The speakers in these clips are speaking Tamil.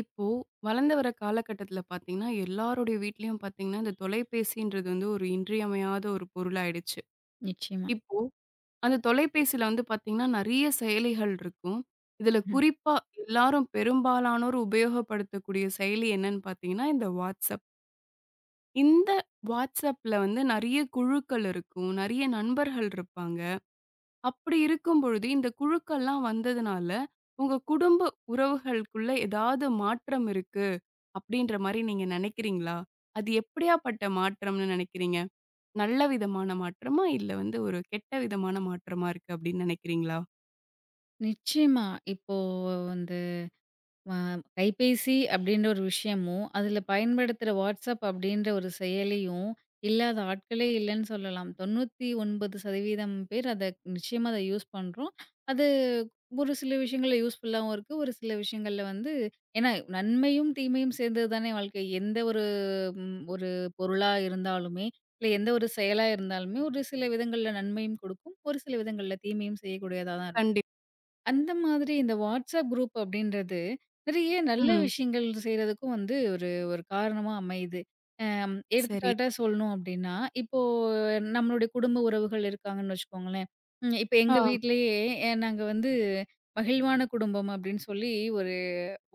இப்போ வளர்ந்து வர காலகட்டத்தில பார்த்தீங்கன்னா, எல்லாருடைய வீட்லயும் பார்த்தீங்கன்னா, இந்த தொலைபேசின்றது வந்து ஒரு இன்றியமையாத ஒரு பொருளாயிடுச்சு. நிச்சயமா. இப்போ அந்த தொலைபேசியில வந்து பார்த்தீங்கன்னா, நெறைய செயலிகள் இருக்கும். இதில ம். குறிப்பா எல்லாரும் பெரும்பாலானோர் உபயோகப்படுத்தக்கூடிய செயலி என்னன்னு பார்த்தீங்கன்னா, இந்த WhatsApp. இந்த WhatsAppல வந்து நெறைய குழுக்கள் இருக்கும். நெறைய நண்பர்கள் இருப்பாங்க. அப்படி இருக்கும் பொழுது இந்த குழுக்கள்லாம் வந்ததுனால, உங்க குடும்ப உறவுகளுக்குள்ள ஏதாவது மாற்றம் இருக்கு? அப்படின்ற மாரி நீங்க நெனைக்கிறீங்களா? அது எப்படியாப்பட்ட மாற்றம்னு நெனைக்கிறீங்க? நல்ல விதமான மாற்றமா? இல்ல வந்து ஒரு கெட்ட விதமான மாற்றமா இருக்கு அப்படின்னு நெனைக்கிறீங்களா? நிச்சயமா. இப்போ வந்து அ கைபேசி அப்படின்ற ஒரு விஷயமும், அதில பயன்படுத்துற WhatsApp அப்படின்ற ஒரு செயலியும் இல்லாத ஆட்களே இல்லன்னு சொல்லலாம். 99% பேர் அத நிச்சயமா யூஸ் பண்றோம். அது ஒரு சில விஷயங்கள்ல யூஸ்ஃபுல்லாவும் இருக்கு. ஒரு சில விஷயங்கள்ல வந்து ஏன்னா நன்மையும், தீமையும் சேர்ந்தது தானே வாழ்க்கை. எந்த ஒரு ஒரு பொருளா இருந்தாலுமே, இல்ல எந்த ஒரு செயலா இருந்தாலுமே, ஒரு சில விதங்கள்ல நன்மையும் கொடுக்கும். ஒரு சில விதங்கள்ல தீமையும் செய்யக்கூடியதா தான் இருக்கும். கண்டிப் அந்த மாதிரி இந்த வாட்ஸ்அப் குரூப் அப்படின்றது, நிறைய நல்ல ம். விஷயங்கள் செய்றதுக்கும் வந்து ஒரு ஒரு காரணமா அமையுது. சரி. எடுத்துக்காட்டா சொல்லணும் அப்படின்னா, இப்போ நம்மளுடைய குடும்ப உறவுகள் இருக்காங்கன்னு வச்சுக்கோங்களேன். இப்ப ஆ, எங்க வீட்லயே, நாங்க வந்து மகிழ்வான குடும்பம் அப்படின்னு சொல்லி ஒரு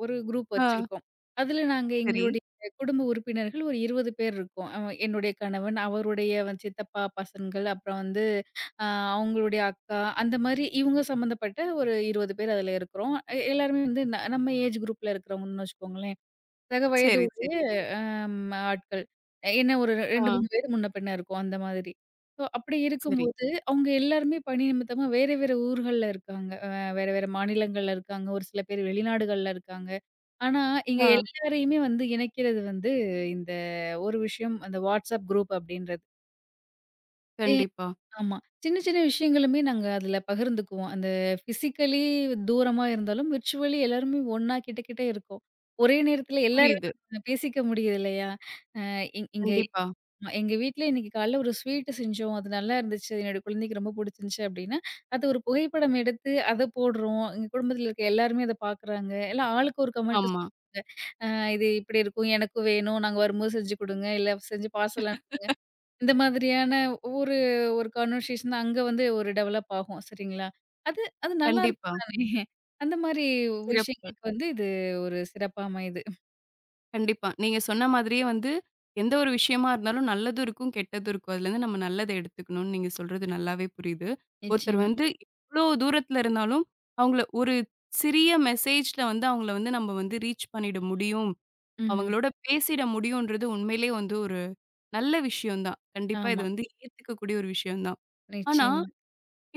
ஒரு குரூப் ஆ. வச்சிருக்கோம். அதுல நாங்க சரி, எங்களுடைய குடும்ப உறுப்பினர்கள் ஒரு 20 பேர் இருக்கோம். என்னுடைய கணவன், அவருடைய வந்து சித்தப்பா பசங்கள், அப்புறம் வந்து அ அவங்களுடைய அக்கா, அந்த மாரி இவங்க சம்மந்தப்பட்ட ஒரு 20 பேர் அதுல இருக்கிறோம். எல்லாருமே வந்து நம்ம ஏஜ் குரூப்ல இருக்கிறவங்கன்னு வச்சுக்கோங்களேன். சக வயது சரி, உடைய சரி. ஆம் ஆட்கள். என்ன ஒரு 2, ஆ, 3 பேரு முன்ன பின்ன இருக்கும் அந்த மாதிரி. ஸோ அப்படி சரி. இருக்கும்போது, அவங்க எல்லாருமே பணி நிமித்தமா வேற வேற ஊர்கள்ல இருக்காங்க. வேற வேற மாநிலங்கள்ல இருக்காங்க. ஒரு சில பேர் வெளிநாடுகள்ல இருக்காங்க. ஆனா, இங்க ஆ, எல்லாரையுமே வந்து இணைக்கிறது வந்து இந்த ஒரு விஷயம் அந்த WhatsApp குரூப் அப்படின்றது. கண்டிப்பா. ஆமா. சின்ன சின்ன விஷயங்களுமே நாங்க அதுல பகிர்ந்துக்குவோம். அந்த பிசிக்கலி தூரமா இருந்தாலும், விர்ச்சுவலி எல்லாருமே ஒண்ணா கிட்ட கிட்ட இருக்கோம். ஒரே நேரத்துல எல்லாரையும் புரியுது. நம்ம பேசிக்க முடியுது இல்லையா? அ இங் இங்க கண்டிப்பா. ஆமா, எங்க வீட்ல இன்னைக்கு காலைல ஒரு ஸ்வீட் செஞ்சோம். அது நல்லா இருந்துச்சு. என்னோட குழந்தைக்கு ரொம்ப புடிச்சிருந்துச்சு அப்படின்னா, அது ஒரு புகைப்படம் எடுத்து அத போடுறோம். எங்க குடும்பத்துல இருக்க எல்லாருமே அத பாக்குறாங்க. எல்லாம் ஆளுக்கு ஒரு கமெண்ட். ஆமா. அ இது இப்படி இருக்கும். எனக்கும் வேணும். நாங்க வரும்போது செஞ்சு குடுங்க. இல்ல செஞ்சு பார்சல் இந்த மாதிரியான ஒரு ஒரு கான்வர்சேஷன் தான் அங்க வந்து ஒரு டெவலப் ஆகும். சரிங்களா? அது அது கண்டிப்பா. நல்லாருக்கும் தானே! அந்த மாரி சிறப்பு. விஷயங்களுக்கு வந்து இது ஒரு சிறப்பா அமையுது. கண்டிப்பா. நீங்க சொன்ன மாதிரியே வந்து, எந்த ஒரு விஷயமா இருந்தாலும் நல்லதும் இருக்கும், கெட்டதும் இருக்கும். அதுலேருந்து நம்ம நல்லத எடுத்துக்கணும்னு நீங்க சொல்றது நல்லாவே புரியுது. ஒருத்தர் நிச்சயமா. வந்து எவ்ளோ தூரத்துல இருந்தாலும், அவங்கள ஒரு சிறிய மெசேஜ்ல வந்து அவங்கள வந்து நம்ம வந்து ரீச் பண்ணிட முடியும். ம்ஹ்ம். அவங்களோட பேசிட முடியும்ன்றது உண்மையிலேயே வந்து ஒரு நல்ல விஷயம் தான். கண்டிப்பா இது ஆமா. வந்து ஏத்துக்கக்கூடிய ஒரு விஷயம் தான். ஆனா, நிச்சயமா.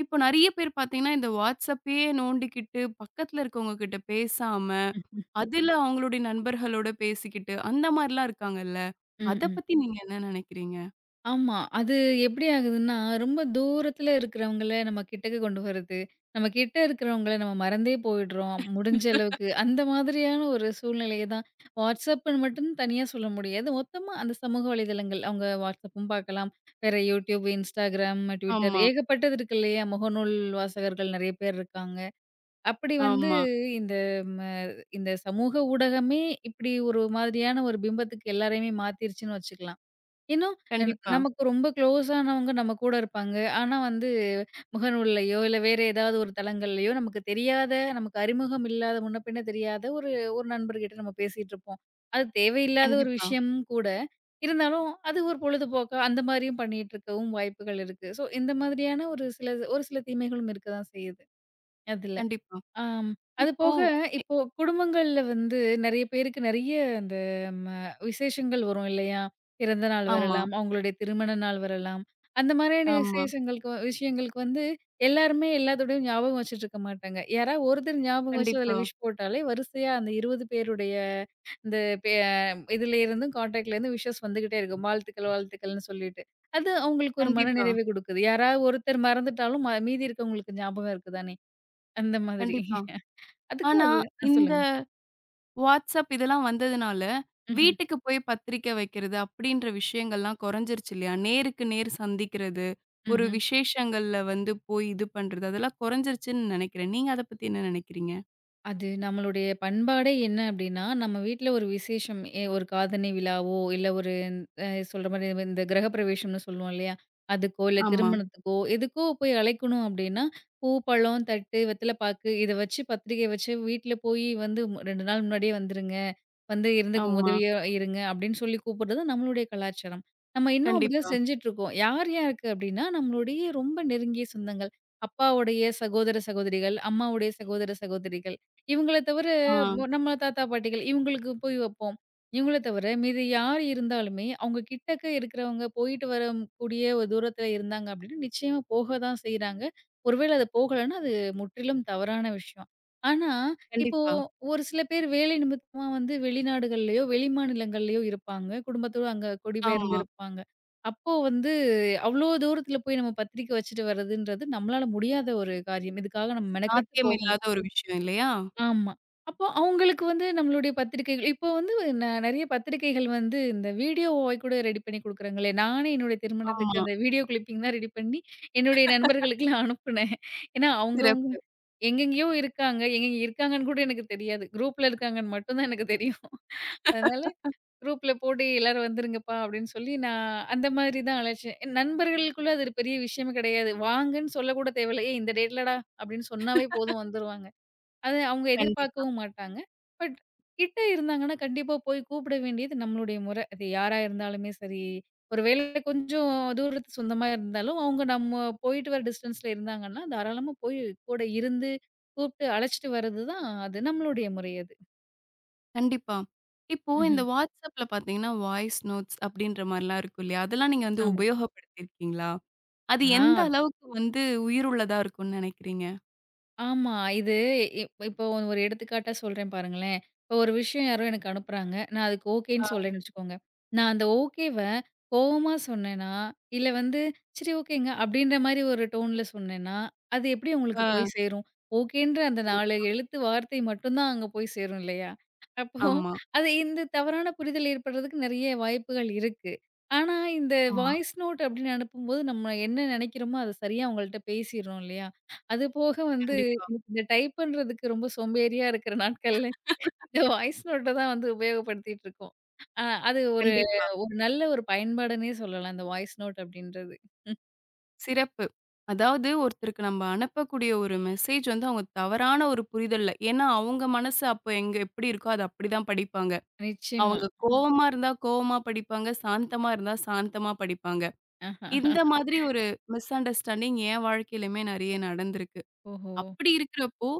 இப்போ நெறைய பேர் பார்த்தீங்கன்னா, இந்த WhatsAppயே நோண்டிக்கிட்டு, பக்கத்துல இருக்கவங்க கிட்ட பேசாம, ம், ம். அதுல அவங்களுடைய நண்பர்களோட பேசிக்கிட்டு, அந்த மாரிலாம் இருக்காங்கல்ல. ம், அத ம். பத்தி நீங்க என்ன நெனைக்கிறீங்க? ஆமா. அது எப்படி ஆகுதுன்னா, ரொம்ப தூரத்துல இருக்கிறவங்கள நம்ம கிட்டக்க கொண்டு வரது. நம்ம கிட்ட இருக்கிறவங்கள நம்ம மறந்தே போயிடுறோம், முடிஞ்ச அளவுக்கு. அந்த மாதிரியான ஒரு சூழ்நிலைய தான் WhatsAppன்னு மட்டும் தனியா சொல்ல முடியாது. மொத்தமா அந்த சமூக வலைதளங்கள், அவங்க WhatsAppம் பார்க்கலாம். வேற YouTube, Instagram, Twitter ஆமா, ஏகப்பட்டது இருக்கு இல்லையா? முகநூல் வாசகர்கள் நெறைய பேர் இருக்காங்க. அப்படி வந்து ஆமா. இந்த ம இந்த சமூக ஊடகமே இப்படி ஒரு மாதிரியான ஒரு பிம்பத்துக்கு எல்லாரையுமே மாத்திருச்சுன்னு வச்சுக்கலாம். இன்னும் கண்டிப்பா, நமக்கு ரொம்ப க்ளோஸ் ஆனவங்க நம்ம கூட இருப்பாங்க. ஆனா வந்து முகநூல்லயோ, இல்ல வேற ஏதாவது ஒரு தளங்கள்லயோ நமக்கு தெரியாத, நமக்கு அறிமுகம் இல்லாத, முன்ன பின்ன தெரியாத ஒரு ஒரு நண்பர்கிட்ட நம்ம பேசிட்டுருப்போம். அது தேவையில்லாத ஒரு கண்டிப்பா, விஷயமும் கூட. இருந்தாலும் அது ஒரு பொழுதுபோக்கா அந்த மாரியும் பண்ணிட்டு இருக்கவும் வாய்ப்புகள் இருக்கு. ஸோ இந்த மாதிரியான ஒரு சில தீமைகளும் இருக்க தான் செய்யுது அதுல. கண்டிப்பா. ஆம். அது இப்போ போக இப்போ குடும்பங்கள்ல வந்து நெறைய பேருக்கு நெறைய அந்த ம விசேஷங்கள் வரும் இல்லையா? பிறந்த நாள் ஆமா, வரலாம், அவங்களுடைய திருமண நாள் வரலாம். அந்த மாதிரியான ஆமா. விசேஷங்களுக்கு விஷயங்களுக்கு வந்து எல்லாருமே எல்லாத்தோடையும் ஞாபகம் வச்சுட்டு இருக்க மாட்டாங்க. யாராவது ஒருத்தர் ஞாபகம் வச்சு அதில கண்டிப்பா, விஷ் போட்டாலே வரிசையா அந்த 20 பேருடைய இந்த பே இதுல இருந்தும் கான்டாக்ட்ல இருந்து விஷஸ் வந்துகிட்டே இருக்கும். வாழ்த்துக்கள், வாழ்த்துக்கள்னு சொல்லிட்டு. அது அவங்களுக்கு ஒரு கண்டிப்பா, மனநிறைவை குடுக்குது. யாராவது ஒருத்தர் மறந்துட்டாலும் மீதி இருக்கவங்களுக்கு ஞாபகம் இருக்கு தானே! அந்த மாதிரி. கண்டிப்பா. அதுக்கும் ஆனா, அது ஆ இந்த சொல்லுங்க. WhatsApp இதெல்லாம் வந்ததுனால, ம்ஹ்ம், வீட்டுக்கு போய் பத்திரிக்கை வைக்கிறது அப்படின்ற விஷயங்கள்லாம் குறைஞ்சிருச்சு இல்லையா? நேருக்கு நேர் சந்திக்கிறது, ஒரு ம்ஹ்ம். விசேஷங்கள்ல வந்து போய் இது பண்றது, அதெல்லாம் குறைஞ்சிருச்சுன்னு நெனைக்கிறேன். நீங்க அத பத்தி என்ன நெனைக்கிறீங்க? அது நம்மளுடைய பண்பாடே என்ன அப்டின்னா, நம்ம வீட்ல ஒரு விசேஷம் ஒரு காதணி விழாவோ, இல்ல ஒரு சொல்ற மாரி இந்த கிரகப்பிரவேஷம்னு சொல்லுவோம் இல்லையா? அதுக்கோ, இல்ல ஆமா, திருமணத்துக்கோ, எதுக்கோ போய் அழைக்கணும் அப்டின்னா, பூ, பழம், தட்டு, வெத்தல பாக்கு இத வச்சு பத்திரிக்கை வச்சு வீட்ல போய் வந்து 2 நாள் முன்னாடியே வந்துருங்க. வந்து இருந்துக்கு ஆமா. உதவியா இருங்க அப்படின்னு சொல்லி கூப்பிடுறது நம்மளுடைய கலாச்சாரம். நம்ம இன்னும் அப்படிதான் கண்டிப்பா. செஞ்சுட்ருக்கோம். யார் யாருக்கு அப்படின்னா, நம்மளுடைய ரொம்ப நெருங்கிய சொந்தங்கள். அப்பாவுடைய சகோதர சகோதரிகள், அம்மாவுடைய சகோதர சகோதரிகள். இவங்கள தவிர ஆ, நம்ம தாத்தா, பாட்டிகள் இவங்களுக்கு போய் வைப்போம். இவங்கள தவிர மீதி யார் இருந்தாலுமே, அவங்க கிட்டக்க இருக்கிறவங்க போயிட்டு வர கூடிய ஒரு தூரத்தில இருந்தாங்க அப்படின்னா, நிச்சயமா போக தான் செய்றாங்க. ஒருவேள அது போகலன்னா, அது முற்றிலும் தவறான விஷயம். ஆனா, இப்போ கண்டிப்பா. ஒரு சில பேர் வேலை நிமித்தமா வந்து வெளிநாடுகள்லயோ, வெளி மாநிலங்கள்லயோ இருப்பாங்க. குடும்பத்தோட அங்க ஆமா. குடிபெயர்ந்திருப்பாங்க. அப்போ வந்து அவ்ளோ தூரத்தில போய் நம்ம பத்திரிக்கை வச்சுட்டு வர்றதுன்றது நம்மளால முடியாத ஒரு காரியம். இதுக்காக நம்ம மெனக்கெட்டு சாத்தியம் போகணும். இல்லாத ஒரு விஷயம் இல்லையா? ஆமா. அப்போ அவங்களுக்கு வந்து நம்மளுடைய பத்திரிக்கைகள் இப்போ வந்து நெறைய பத்திரிக்கைகள் வந்து இந்த வீடியோ வாய் கூட ரெடி பண்ணி குடுக்குறாங்களே! நானே என்னுடைய திருமணத்துக்கு ஆமா. அந்த வீடியோ கிளிப்பிங் தான் ரெடி பண்ணி என்னுடைய நண்பர்களுக்குலாம் அனுப்புனேன். ஏன்னா அவங்கவங்க சிறப்பு. எங்கெங்கேயோ இருக்காங்க. எங்கெங்க இருக்காங்கன்னு கூட எனக்கு தெரியாது. குரூப்ல இருக்காங்கன்னு மட்டும் தான் எனக்கு தெரியும். அதனால குரூப்ல போட்டு எல்லாரும் வந்துருங்கப்பா அப்படின்னு சொல்லி நான் அந்த மாதிரி தான் அழைச்சேன். என் நண்பர்களுக்குள்ள அது ஒரு பெரிய விஷயமே கிடையாது. வாங்கன்னு சொல்லக்கூட தேவையில்ல. ஏய் இந்த டேட்லடா அப்படின்னு சொன்னாவே போதும் வந்துருவாங்க. அது அவங்க கண்டிப்பா, எதிர்பார்க்கவும் மாட்டாங்க. பட் கிட்ட இருந்தாங்கன்னா, கண்டிப்பா போய் கூப்பிட வேண்டியது நம்மளுடைய முறை. அது யாரா இருந்தாலுமே சரி, ஒரு வேளை கொஞ்சம் தூரத்து சொந்தமா இருந்தாலும், அவங்க நம்ம போயிட்டு வர டிஸ்டன்ஸ்ல இருந்தாங்கன்னா, தாராளமா போய் கூட இருந்து கூப்பிட்டு அழைச்சிட்டு வர்றது தான் அது நம்மளுடைய முறை அது. கண்டிப்பா. இப்போ இந்த ம்ஹ்ம். WhatsAppல பார்த்தீங்கன்னா, வாய்ஸ் நோட்ஸ் அப்படின்ற மாரிலாம் இருக்கும் இல்லையா? அதெல்லாம் நீங்க வந்து ஆமா. உபயோகப்படுத்தியிருக்கீங்களா? அது எந்த ஆ. அளவுக்கு வந்து உயிருள்ளதா இருக்கும்னு நினைக்கிறீங்க? ஆமா. இது இப்போ ஒரு எடுத்துக்காட்டா சொல்றேன் பாருங்களேன். இப்போ ஒரு விஷயம் யாரோ எனக்கு அனுப்புறாங்க. நான் அதுக்கு ஆ, ஓகேன்னு சொல்றேன்னு வச்சுக்கோங்க. நான் அந்த ஓகேவ கோவமா சொன்னேன்னா, இல்ல வந்து சரி ஓகேங்க அப்படின்ற மாரி ஒரு டோன்ல சொன்னேன்னா, அது எப்படி உங்களுக்கு போய் ஆ. சேரும்? ஓகேன்ற அந்த 4 கண்டிப்பா. எழுத்து வார்த்தை மட்டும் தான் அங்க போய் சேரும் இல்லையா? அப்போ ஆமா, அது இந்த தவறான புரிதல் ஏற்படுறதுக்கு நெறைய வாய்ப்புகள் இருக்கு. ஆனா இந்த ஆமா. வாய்ஸ் நோட் அப்படின்னு அனுப்பும்போது நம்ம என்ன நெனைக்கிறோமோ, அத சரியா அவங்கள்ட்ட பேசிர்றோம் இல்லையா? அது போக வந்து கண்டிப்பா, இந்த டைப் பண்றதுக்கு ரொம்ப சோம்பேறியா இருக்கிற நாட்கள்ல இந்த வாய்ஸ் நோட்ட தான் வந்து உபயோகப்படுத்திட்டு இருக்கோம். அ அது ஒரு கண்டிப்பா. ஒரு நல்ல பயன்பாடுன்னே சொல்லலாம். இந்த வாய்ஸ் நோட் அப்படின்றது. சிறப்பு. அதாவது ஒருத்தருக்கு நம்ம அனுப்பக்கூடிய ஒரு மெசேஜ் வந்து அவங்க தவறான ஒரு புரிதல்ல ஏன்னா அவங்க மனசு அப்ப எங்க எப்படி இருக்கோ, அது அப்படிதான் படிப்பாங்க. நிச்சயமா. அவங்க கோவமா இருந்தா கோவமா படிப்பாங்க. சாந்தமா இருந்தா சாந்தமா படிப்பாங்க. ஆஹா. இந்த மாதிரி ஒரு மிஸ் அண்டர்ஸ்டாண்டிங் என் வாழ்க்கையிலயுமே நெறைய நடந்திருக்கு. ஓஹோ! அப்படி இருக்கிறப்போ,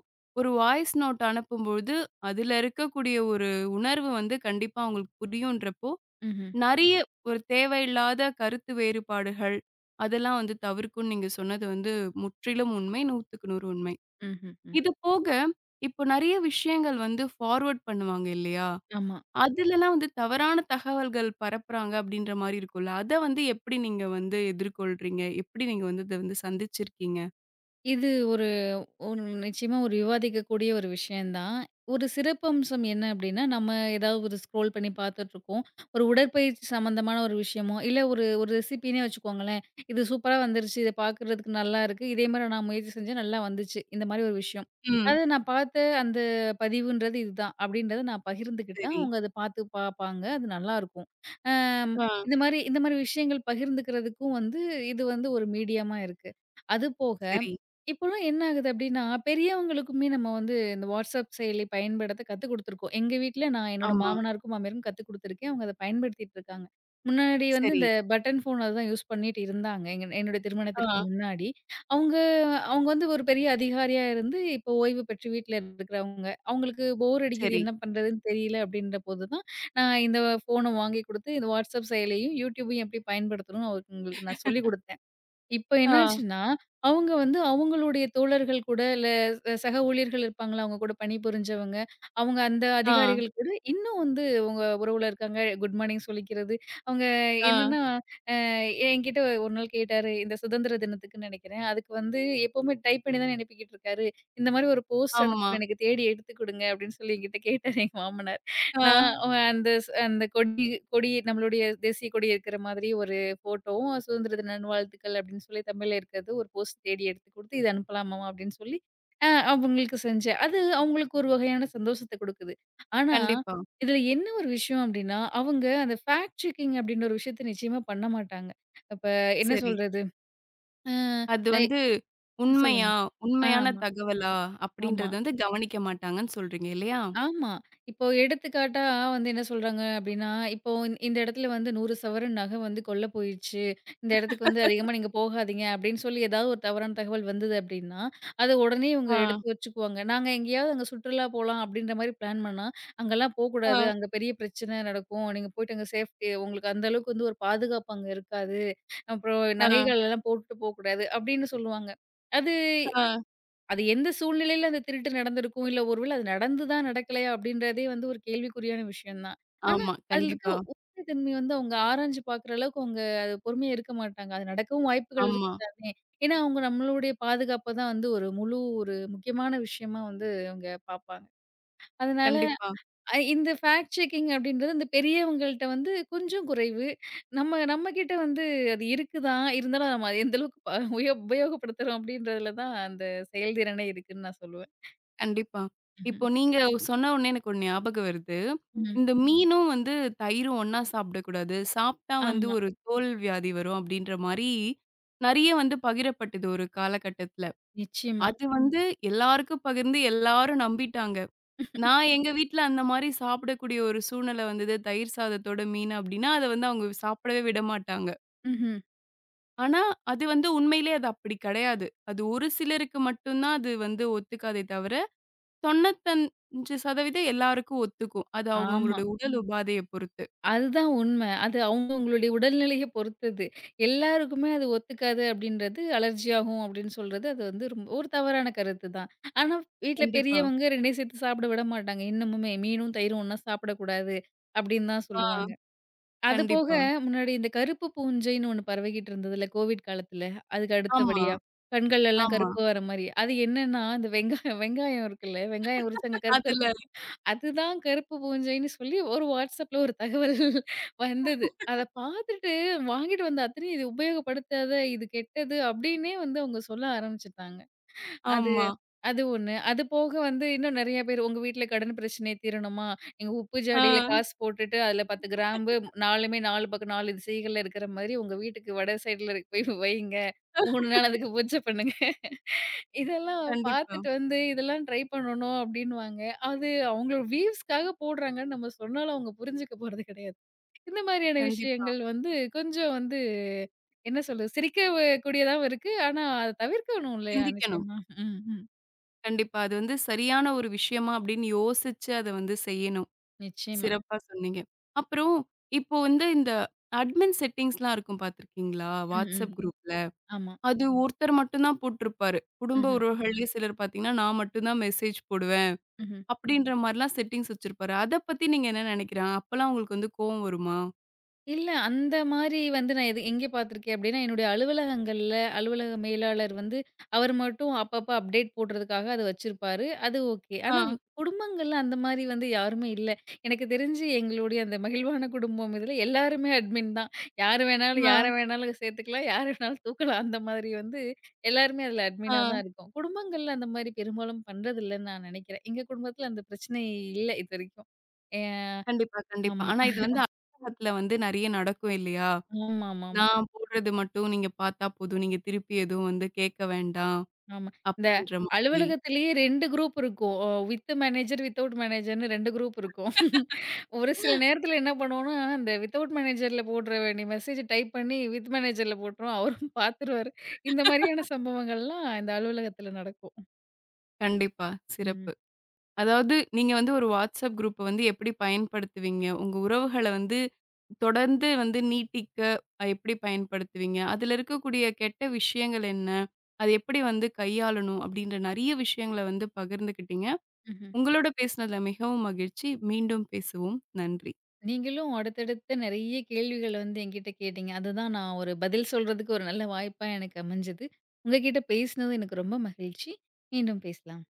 ஒரு வாய்ஸ் நோட் அனுப்பும்பொழுது, அதுல இருக்கக்கூடிய ஒரு உணர்வு வந்து கண்டிப்பா அவங்களுக்கு புரியுன்றப்போ, ம்ஹ்ம். நெறைய ஒரு தேவையில்லாத கருத்து வேறுபாடுகள், அதெல்லாம் வந்து தவிர்க்கும்னு நீங்க சொன்னது வந்து முற்றிலும் உண்மை. 100க்கு 100 உண்மை. ம்ஹ்ம். ம். இது போக, இப்போ நெறைய விஷயங்கள் வந்து ஃபார்வர்ட் பண்ணுவாங்க இல்லையா? ஆமா. அதுலலாம் வந்து தவறான தகவல்கள் பரப்புறாங்க அப்படின்ற மாரி இருக்கும்ல. அத வந்து எப்படி நீங்க வந்து எதிர்கொள்றீங்க? எப்படி நீங்க வந்து இத வந்து சந்திச்சிருக்கீங்க? இது ஒரு ஒரு நிச்சயமா ஒரு விவாதிக்கக்கூடிய ஒரு விஷயம் தான். ஒரு சிறப்பம்சம் என்ன அப்டின்னா, நம்ம ஏதாவது ஒரு ஸ்க்ரோல் பண்ணி பார்த்துட்டுருக்கோம். ஒரு உடற்பயிற்சி சம்மந்தமான ஒரு விஷயமோ, இல்ல ஒரு ஒரு ரெசிபின்னே வச்சுக்கோங்களேன். இது சூப்பரா வந்துருச்சு. இத பார்க்குறதுக்கு நல்லாருக்கு. இதே மாரி நான் முயற்சி செஞ்சேன் நல்லா வந்துச்சு. இந்த மாரி ஒரு விஷயம். ம். அது நான் பார்த்த அந்த பதிவுன்றது இதுதான். அப்டின்றத நான் பகிர்ந்துக்கிட்டா, சரி. அவங்க அத பார்த்து பார்ப்பாங்க. அது நல்லாருக்கும். அம் ஆ. இந்த மாரி விஷயங்கள் பகிர்ந்துக்கிறதுக்கும் வந்து, இது வந்து ஒரு மீடியமா இருக்கு. அது போக சரி. இப்போலாம் என்ன ஆகுது அப்டின்னா, பெரியவங்களுக்குமே நம்ம வந்து இந்த WhatsApp செயலி பயன்படுத்த கத்துக் குடுத்துருக்கோம். எங்க வீட்ல நான் என்னோட ஆமா. மாமனாருக்கும், மாமியாருக்கும் கத்துக் குடுத்துருக்கேன். அவங்க அத பயன்படுத்திட்டு இருக்காங்க. முன்னாடி வந்து சரி. இந்த பட்டன் ஃபோன் அதுதான் யூஸ் பண்ணிட்டு இருந்தாங்க. என்னுடைய திருமணத்திற்கு ஆ. முன்னாடி. அவங்க அவங்க வந்து ஒரு பெரிய அதிகாரியா இருந்து, இப்போ ஓய்வு பெற்று வீட்ல இருக்கிறவங்க. அவங்களுக்கு போர் அடிக்குது சரி. என்ன பண்றதுன்னு தெரியல அப்டின்ற போது தான், நான் இந்த ஃபோன வாங்கி குடுத்து, இந்த WhatsApp செயலியும், YouTubeயும் எப்டி பயன்படுத்தணும்னு அவங்களுக்கு நான் சொல்லிக் குடுத்தேன். இப்ப ஆ. என்னாச்சுன்னா, அவங்க வந்து அவங்களுடைய தோழர்கள் கூட, இல்ல சக ஊழியர்கள் இருப்பாங்கல்ல, அவங்க கூட பணிபுரிஞ்சவங்க. அவங்க அந்த ஆ. அதிகாரிகள் கூட இன்னும் வந்து உங்க உறவுல இருக்காங்க. குட் மார்னிங் சொல்லிக்கிறது. அவங்க ஆ. என்னன்னா, அ என்கிட்ட ஒரு நாள் கேட்டாரு, இந்த சுதந்திர தினத்துக்குன்னு நெனைக்கிறேன். அதுக்கு வந்து எப்பவுமே டைப் பண்ணி தானே அனுப்பிக்கிட்டு இருக்காரு. இந்த மாரி ஒரு போஸ்ட் ஆமா. அனுப்பணும். எனக்கு தேடி எடுத்து குடுங்க அப்படின்னு சொல்லி என்கிட்ட கேட்டாரு எங்க மாமனார். ஆ. நான் அ அந்த ஸ் அந்த கொடி கொடி நம்மளுடைய தேசிய கொடி இருக்கிற மாதிரி ஒரு ஃபோட்டோவும், "சுதந்திர தின நல்வாழ்த்துக்கள்" அப்படின்னு சொல்லி தமிழ்ல இருக்கிறது ஒரு போஸ்ட் தேடி எடுத்து குடுத்து, "இது அனுப்பலாமாமா?" அப்படின்னு சொல்லி அவங்களுக்கு செஞ்சேன். அது அவங்களுக்கு ஒரு வகையான சந்தோஷத்த குடுக்குது. ஆனா, கண்டிப்பா. இதுல என்ன ஒரு விஷயம் அப்படின்னா, அவங்க அந்த ஃபேக்ட் செக்கிங் அப்படின்ற ஒரு விஷயத்த நிச்சயமா பண்ண மாட்டாங்க. அப்ப என்ன சரி. சொல்றது? அ அது ஐ வந்து உண்மையா? சொல்லுங்க. உண்மையான ஆமா, தகவலா? ஆமா. அப்படின்றத வந்து கவனிக்க மாட்டாங்கன்னு சொல்றீங்க இல்லையா? ஆமா. இப்போ எடுத்துக்காட்டா வந்து என்ன சொல்றாங்க அப்டின்னா, இப்போ இந்த இந்த இடத்துல வந்து 100 சவரன் நகை வந்து கொள்ள போயிருச்சு. இந்த இடத்துக்கு வந்து அதிகமா நீங்க போகாதீங்க அப்டின்னு சொல்லி ஏதாவது ஒரு தவறான தகவல் வந்தது அப்டின்னா, அத உடனே இவங்க ஆ. எடுத்து வச்சுக்குவாங்க. நாங்க எங்கேயாவது அங்க சுற்றுலா போலாம் அப்டின்ற மாரி பிளான் பண்ணா, அங்கலாம் ஆ. போக்கூடாது. அங்க பெரிய பிரச்சனை நடக்கும். நீங்க போய்ட்டு அங்க சேஃப்டி உங்களுக்கு அந்த அளவுக்கு வந்து ஒரு பாதுகாப்பு அங்க இருக்காது. அப்புறம் ஆ. நகைகள் எல்லாம் போட்டுட்டு போக்கூடாது அப்டின்னு சொல்லுவாங்க. அது ஆ. அது எந்த சூழ்நிலையில அந்த திருட்டு நடந்திருக்கும்? இல்ல ஒருவேள அது நடந்துதா, நடக்கலையா? அப்படின்றதே வந்து ஒரு கேள்விக்குறியான விஷயம் தான். ஆனா, ஆமா. அதில இருக்க கண்டிப்பா. உண்மை தன்மை வந்து அவங்க ஆராய்ஞ்சு பார்க்குற அளவுக்கு அவங்க அது பொறுமையா இருக்க மாட்டாங்க. அது நடக்கவும் வாய்ப்புகள் ஆமா. இருக்கு தானே! ஏன்னா, அவங்க நம்மளுடைய பாதுகாப்ப தான் வந்து ஒரு முழு முக்கியமான விஷயமா வந்து அவங்க பார்ப்பாங்க. அதனால கண்டிப்பா. இந்த ஃபேக்ட் செக்கிங் அப்படின்றது அந்த பெரியவங்கள்ட்ட வந்து கொஞ்சம் குறைவு. நம்ம நம்மகிட்ட வந்து அது இருக்குதான், இருந்தாலும் நம்ம அது எந்த அளவுக்கு ப உய உபயோகப்படுத்துறோம் அப்படின்றதுல தான் அந்த செயல்திறனே இருக்குன்னு நான் சொல்லுவேன். கண்டிப்பா. ம்ஹ்ம். இப்போ நீங்க சொன்ன உடனே எனக்கு ஒரு ஞாபகம் வருது. ம். இந்த மீனும் வந்து தயிரும் ஒண்ணா சாப்பிடக்கூடாது. சாப்பிட்டா வந்து ஆமா, ஒரு தோல் வியாதி வரும் அப்படின்ற மாரி நெறைய வந்து பகிரப்பட்டது ஒரு காலகட்டத்தில. நிச்சயமா. அது வந்து எல்லாருக்கும் பகிர்ந்து எல்லாரும் நம்பிட்டாங்க. நான் எங்க வீட்ல அந்த மாரி சாப்பிடக்கூடிய ஒரு சூழ்நிலை வந்தது. தயிர் சாதத்தோட மீன் அப்படின்னா, அத வந்து அவங்க சாப்பிடவே விடமாட்டாங்க. ம்ஹ்ம். ஆனா, அது வந்து உண்மையிலேயே அது அப்படி கெடையாது. அது ஒரு சிலருக்கு மட்டும் தான் அது வந்து ஒத்துக்காதே தவிர 95% எல்லாருக்கும் ஒத்துக்கும். அது ஆமா. அவங்கவங்களுடைய உடல் உபாதைய பொறுத்து. அதுதான் உண்மை. அது அவங்கவங்களுடைய உடல்நிலைய பொறுத்தது. எல்லாருக்குமே அது ஒத்துக்காது அப்படின்றது, அலர்ஜி ஆகும் அப்படின்னு சொல்றது, அது வந்து ரொம்ப ஒரு தவறான கருத்து தான். ஆனா, வீட்ல கண்டிப்பா. பெரியவங்க 2யும் சேர்த்து சாப்பிட விட மாட்டாங்க. இன்னமுமே மீனும், தயிரும் ஒண்ணா சாப்பிடக்கூடாது அப்படின்னு தான் ஆ, சொல்லுவாங்க. அது போக கண்டிப்பா. முன்னாடி இந்த கருப்பு பூஞ்சைன்னு ஒண்ணு பரவிக்கிட்டு இருந்ததுல்ல கோவிட் காலத்துல. அதுக்கு ஆமா, அடுத்தபடியா கண்கள்லாம் ஆமா. கருப்பு வர மாரி. அது என்னன்னா, இந்த வெங்காயம் வெங்காயம் இருக்குல்ல, வெங்காயம் உரிச்சு அங்க கருப்பு கருப்பா அதுல அதுதான் கருப்பு பூஞ்சைன்னு சொல்லி ஒரு வாட்ஸ்அப்ல ஒரு தகவல் வந்தது. அத பார்த்துட்டு வாங்கிட்டு வந்த அத்தனையும் இது உபயோகப்படுத்தாத, இது கெட்டது அப்டின்னே வந்து அவங்க சொல்ல ஆரம்பிச்சுட்டாங்க. அது ஆமா. அது ஒண்ணு. அது போக வந்து இன்னும் நெறைய பேர் உங்க வீட்ல கடன் பிரச்சனை தீரணுமா? நீங்க உப்பு ஆ, ஜாடியில காசு போட்டுட்டு அதுல 10 கிராம்பு 4மே 4 பக்கம் 4 திசைகள்ல இருக்கிற மாரி உங்க வீட்டுக்கு வட சைடுல போய் வையுங்க. 3 நாள் அதுக்கு பூஜை பண்ணுங்க. இதெல்லாம் கண்டிப்பா, பார்த்துட்டு வந்து, இதெல்லாம் ட்ரை பண்ணணும் அப்படின்னுவாங்க. அது அவங்களோட வியூஸ்க்காக போடுறாங்கன்னு நம்ம சொன்னாலும் அவங்க புரிஞ்சுக்க போறது கிடையாது. இந்த மாதிரியான கண்டிப்பா. விஷயங்கள் வந்து கொஞ்சம் வந்து என்ன சொல்றது? சிரிக்க வ கூடியதாவும் இருக்கு. ஆனா அத தவிர்க்கணும் இல்லையா? சிந்திக்கணும். நிச்சயமா. ம், ம். கண்டிப்பா. அது வந்து சரியான ஒரு விஷயமா அப்படின்னு யோசிச்சு அத வந்து செய்யணும். நிச்சயமா. சிறப்பா சொன்னீங்க. அப்புறம் இப்போ வந்து இந்த அட்மின் செட்டிங்ஸ்லாம் இருக்கும் பார்த்துருக்கீங்களா? ம், ம். WhatsApp குரூப்ல. ஆமா. அது ஒருத்தர் மட்டும் தான் போட்டிருப்பாரு. குடும்ப ம்ஹ்ம். உறவுகள்லயே சிலர் பார்த்தீங்கன்னா, நான் மட்டும் தான் மெசேஜ் போடுவேன். ம்ஹ்ம். அப்படின்ற மாரிலாம் செட்டிங்ஸ் வச்சிருப்பாரு. அத பத்தி நீங்க என்ன நினைக்கிறேன்? அப்பலாம் உங்களுக்கு வந்து கோவம் வருமா? இல்ல. அந்த மாரி வந்து நான் எது எங்கே பார்த்துருக்கேன் அப்டின்னா, என்னுடைய அலுவலகங்கள்ல அலுவலக மேலாளர் வந்து அவர் மட்டும் அப்பப்ப அப்டேட் போடுறதுக்காக அத வச்சிருப்பாரு. அது ஓகே. ஆனா ஆ, குடும்பங்கள்ல அந்த மாரி வந்து யாருமே இல்ல. எனக்கு தெரிஞ்சு எங்களுடைய அந்த மகிழ்வான குடும்பம் இதுல எல்லாருமே அட்மின் தான். யாரு வேணாலும் ஆ, யார வேணாலும் சேர்த்துக்கலாம். யார வேணாலும் தூக்கலாம். அந்த மாதிரி வந்து எல்லாருமே அதுல ஆ. அட்மினா தான் இருக்கோம். குடும்பங்கள்ல அந்த மாரி பெரும்பாலும் பண்றதில்லன்னு நான் நெனைக்கிறேன். எங்க குடும்பத்துல அந்த பிரச்சனை இல்ல இதுவரைக்கும். ஏ கண்டிப்பா, கண்டிப்பா. ஆமா. ஆனா இது வந்து அலுவலகத்துல வந்து நெறைய நடக்கும் இல்லையா? ஆமாமாமா. நான் போடுறது மட்டும் நீங்க பார்த்தா போதும். நீங்க திருப்பி எதுவும் வந்து கேட்க வேண்டாம். ஆமா. இந்த அப்படின்ற மாதிரி. அலுவலகத்திலேயே 2 குரூப் இருக்கும். வித் மேனேஜர், வித்தவுட் மேனேஜர்ன்னு 2 குரூப் இருக்கும். ஒரு சில நேரத்தில என்ன பண்ணுவோம்னா, அந்த வித்தவுட் மேனேஜர்ல போடுற வேண்டிய மெசேஜ் டைப் பண்ணி வித் மேனேஜர்ல போட்டுருவோம். அவரும் பார்த்துருவாரு. இந்த மாதிரியான சம்பவங்கள்லாம் இந்த அலுவலகத்தில நடக்கும். கண்டிப்பா. ம். சிறப்பு. அதாவது நீங்க வந்து ஒரு WhatsApp குரூப்ப வந்து எப்படி பயன்படுத்துவீங்க? உங்க உறவுகள வந்து தொடர்ந்து வந்து நீட்டிக்க எப்படி பயன்படுத்துவீங்க? அதுல இருக்கக்கூடிய கெட்ட விஷயங்கள் என்ன? அது எப்படி வந்து கையாளணும்? அப்படின்ற நெறைய விஷயங்கள வந்து பகிர்ந்துக்கிட்டீங்க. ம்ஹ்ம். உங்களோட பேசினதுல மிகவும் மகிழ்ச்சி. மீண்டும் பேசுவோம். நன்றி. நீங்களும் அடுத்தடுத்த நெறைய கேள்விகள் வந்து என்கிட்ட கேட்டீங்க. அதுதான் நான் ஒரு பதில் சொல்றதுக்கு ஒரு நல்ல வாய்ப்பா எனக்கு அமைஞ்சது. உங்க கிட்ட பேசினது எனக்கு ரொம்ப மகிழ்ச்சி. மீண்டும் பேசலாம்.